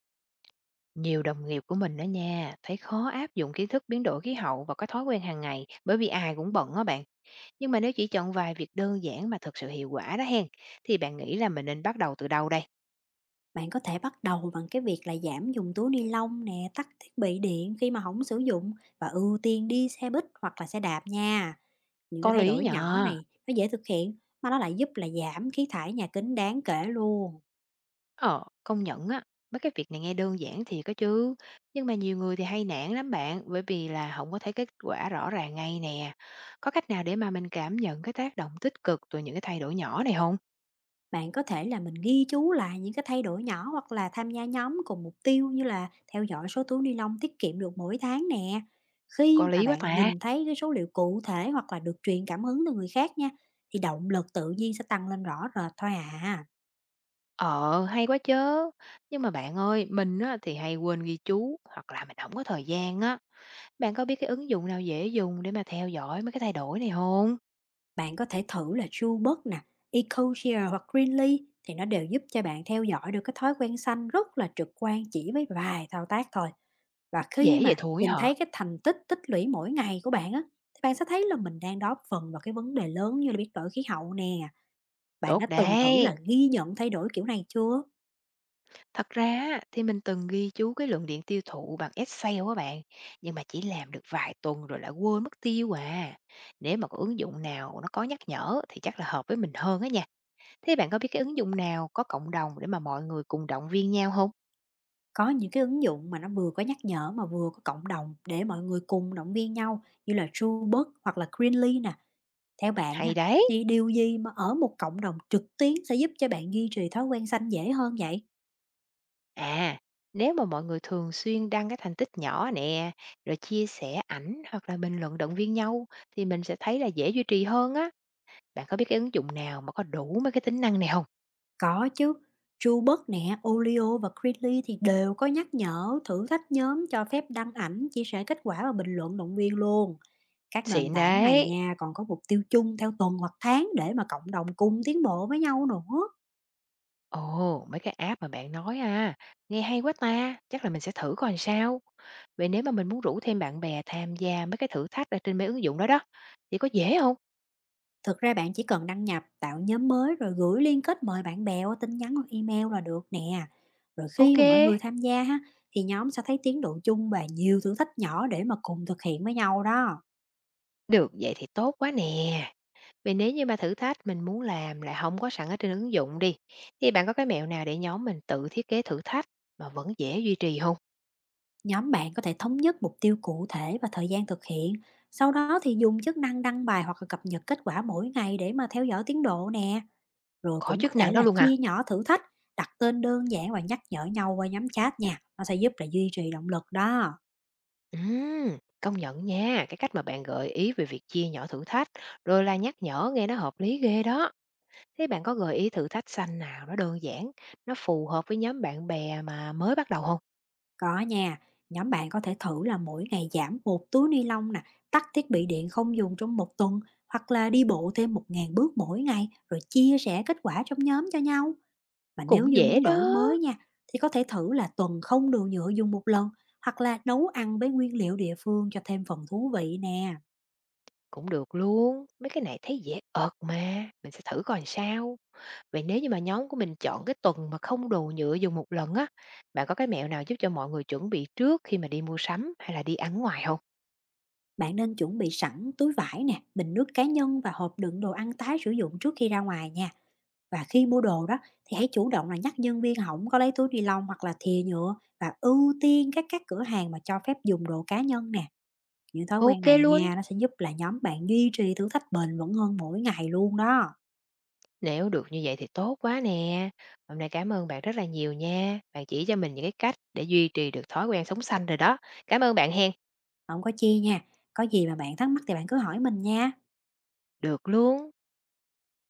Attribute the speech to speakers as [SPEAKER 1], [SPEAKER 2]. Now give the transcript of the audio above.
[SPEAKER 1] Nhiều đồng nghiệp của mình đó nha, thấy khó áp dụng kiến thức biến đổi khí hậu vào cái thói quen hàng ngày, bởi vì ai cũng bận á bạn. Nhưng mà nếu chỉ chọn vài việc đơn giản mà thực sự hiệu quả đó hen, thì bạn nghĩ là mình nên bắt đầu từ đâu đây?
[SPEAKER 2] Bạn có thể bắt đầu bằng cái việc là giảm dùng túi ni lông nè, tắt thiết bị điện khi mà không sử dụng và ưu tiên đi xe buýt hoặc là xe đạp nha. Những cái
[SPEAKER 1] Có
[SPEAKER 2] thay
[SPEAKER 1] lý
[SPEAKER 2] đổi nhỏ
[SPEAKER 1] nhờ.
[SPEAKER 2] này nó dễ thực hiện mà nó lại giúp là giảm khí thải nhà kính đáng kể luôn.
[SPEAKER 1] Ờ, công nhận á, mấy cái việc này nghe đơn giản thì có chứ. Nhưng mà nhiều người thì hay nản lắm bạn, bởi vì là không có thấy kết quả rõ ràng ngay nè. Có cách nào để mà mình cảm nhận cái tác động tích cực từ những cái thay đổi nhỏ này không?
[SPEAKER 2] Bạn có thể là mình ghi chú lại những cái thay đổi nhỏ hoặc là tham gia nhóm cùng mục tiêu, như là theo dõi số túi ni lông tiết kiệm được mỗi tháng nè.
[SPEAKER 1] Có
[SPEAKER 2] Khi mà
[SPEAKER 1] lý quá
[SPEAKER 2] bạn
[SPEAKER 1] ta.
[SPEAKER 2] nhìn thấy cái số liệu cụ thể hoặc là được truyền cảm hứng từ người khác nha, thì động lực tự nhiên sẽ tăng lên rõ rệt thôi à.
[SPEAKER 1] Ờ, hay quá chứ. Nhưng mà bạn ơi, mình á thì hay quên ghi chú hoặc là mình không có thời gian á. Bạn có biết cái ứng dụng nào dễ dùng để mà theo dõi mấy cái thay đổi này không?
[SPEAKER 2] Bạn có thể thử là Chubud nè, EcoShare hoặc Greenly, thì nó đều giúp cho bạn theo dõi được cái thói quen xanh rất là trực quan chỉ với vài thao tác thôi. Và khi
[SPEAKER 1] Dễ vậy
[SPEAKER 2] mà
[SPEAKER 1] thôi
[SPEAKER 2] nhìn
[SPEAKER 1] hả?
[SPEAKER 2] thấy cái thành tích tích lũy mỗi ngày của bạn á, thì bạn sẽ thấy là mình đang góp phần vào cái vấn đề lớn như là biến đổi khí hậu nè. Bạn
[SPEAKER 1] Tốt
[SPEAKER 2] đã từng thử
[SPEAKER 1] đấy!
[SPEAKER 2] là ghi nhận thay đổi kiểu này chưa?
[SPEAKER 1] Thật ra á thì mình từng ghi chú cái lượng điện tiêu thụ bằng Excel á bạn, nhưng mà chỉ làm được vài tuần rồi lại quên mất tiêu à. Nếu mà có ứng dụng nào nó có nhắc nhở thì chắc là hợp với mình hơn á nha. Thế bạn có biết cái ứng dụng nào có cộng đồng để mà mọi người cùng động viên nhau không?
[SPEAKER 2] Có những cái ứng dụng mà nó vừa có nhắc nhở, mà vừa có cộng đồng để mọi người cùng động viên nhau, như là Chubud hoặc là Greenly nè. Theo bạn
[SPEAKER 1] Hay
[SPEAKER 2] ha,
[SPEAKER 1] đấy!
[SPEAKER 2] thì điều gì mà ở một cộng đồng trực tuyến sẽ giúp cho bạn duy trì thói quen xanh dễ hơn vậy?
[SPEAKER 1] À, nếu mà mọi người thường xuyên đăng cái thành tích nhỏ nè, rồi chia sẻ ảnh hoặc là bình luận động viên nhau, thì mình sẽ thấy là dễ duy trì hơn á. Bạn có biết cái ứng dụng nào mà có đủ mấy cái tính năng này không?
[SPEAKER 2] Có chứ, Truebic nè, Olio và Creatly thì đều có nhắc nhở, thử thách nhóm, cho phép đăng ảnh, chia sẻ kết quả và bình luận động viên luôn. Các nền
[SPEAKER 1] Xịn
[SPEAKER 2] tảng này
[SPEAKER 1] đấy.
[SPEAKER 2] nha, còn có mục tiêu chung theo tuần hoặc tháng để mà cộng đồng cùng tiến bộ với nhau nữa.
[SPEAKER 1] Ồ, mấy cái app mà bạn nói à, nghe hay quá ta, chắc là mình sẽ thử coi làm sao. Vậy nếu mà mình muốn rủ thêm bạn bè tham gia mấy cái thử thách ở trên mấy ứng dụng đó đó, thì có dễ không?
[SPEAKER 2] Thực ra bạn chỉ cần đăng nhập, tạo nhóm mới rồi gửi liên kết mời bạn bè qua tin nhắn hoặc email là được nè. Rồi
[SPEAKER 1] Ok,
[SPEAKER 2] khi mà mọi người tham gia ha, thì nhóm sẽ thấy tiến độ chung và nhiều thử thách nhỏ để mà cùng thực hiện với nhau đó.
[SPEAKER 1] được vậy thì tốt quá nè. Vì nếu như mà thử thách mình muốn làm lại không có sẵn ở trên ứng dụng đi, thì bạn có cái mẹo nào để nhóm mình tự thiết kế thử thách mà vẫn dễ duy trì không?
[SPEAKER 2] Nhóm bạn có thể thống nhất mục tiêu cụ thể và thời gian thực hiện. Sau đó thì dùng chức năng đăng bài hoặc là cập nhật kết quả mỗi ngày để mà theo dõi tiến độ nè. Rồi
[SPEAKER 1] Có
[SPEAKER 2] cũng
[SPEAKER 1] chức
[SPEAKER 2] có
[SPEAKER 1] năng
[SPEAKER 2] thể
[SPEAKER 1] đó
[SPEAKER 2] là
[SPEAKER 1] luôn hả?
[SPEAKER 2] chia nhỏ thử thách, đặt tên đơn giản và nhắc nhở nhau qua nhóm chat nha. Nó sẽ giúp là duy trì động lực đó.
[SPEAKER 1] Công nhận nha, cái cách mà bạn gợi ý về việc chia nhỏ thử thách, rồi là nhắc nhở nghe nó hợp lý ghê đó. Thế bạn có gợi ý thử thách xanh nào nó đơn giản, nó phù hợp với nhóm bạn bè mà mới bắt đầu không?
[SPEAKER 2] Có nha, nhóm bạn có thể thử là mỗi ngày giảm một túi ni lông nè, tắt thiết bị điện không dùng trong một tuần, hoặc là đi bộ thêm 1.000 bước mỗi ngày rồi chia sẻ kết quả trong nhóm cho nhau. Và
[SPEAKER 1] Cũng
[SPEAKER 2] nếu như
[SPEAKER 1] dễ
[SPEAKER 2] muốn đổi
[SPEAKER 1] đó,
[SPEAKER 2] mới nha, thì có thể thử là tuần không đồ nhựa dùng một lần, hoặc là nấu ăn với nguyên liệu địa phương cho thêm phần thú vị nè.
[SPEAKER 1] cũng được luôn, mấy cái này thấy dễ ợt mà, mình sẽ thử coi làm sao. Vậy nếu như mà nhóm của mình chọn cái tuần mà không đồ nhựa dùng một lần á, bạn có cái mẹo nào giúp cho mọi người chuẩn bị trước khi mà đi mua sắm hay là đi ăn ngoài không?
[SPEAKER 2] Bạn nên chuẩn bị sẵn túi vải nè, bình nước cá nhân và hộp đựng đồ ăn tái sử dụng trước khi ra ngoài nha. Và khi mua đồ đó, thì hãy chủ động là nhắc nhân viên không có lấy túi ni lông hoặc là thìa nhựa, và ưu tiên các cửa hàng mà cho phép dùng đồ cá nhân nè. Những thói quen
[SPEAKER 1] Ok
[SPEAKER 2] này
[SPEAKER 1] luôn.
[SPEAKER 2] nha, nó sẽ giúp là nhóm bạn duy trì thử thách bền vững hơn mỗi ngày luôn đó.
[SPEAKER 1] Nếu được như vậy thì tốt quá nè. Hôm nay cảm ơn bạn rất là nhiều nha. Bạn chỉ cho mình những cái cách để duy trì được thói quen sống xanh rồi đó. Cảm ơn bạn hen.
[SPEAKER 2] Không có chi nha, có gì mà bạn thắc mắc thì bạn cứ hỏi mình nha.
[SPEAKER 1] Được luôn.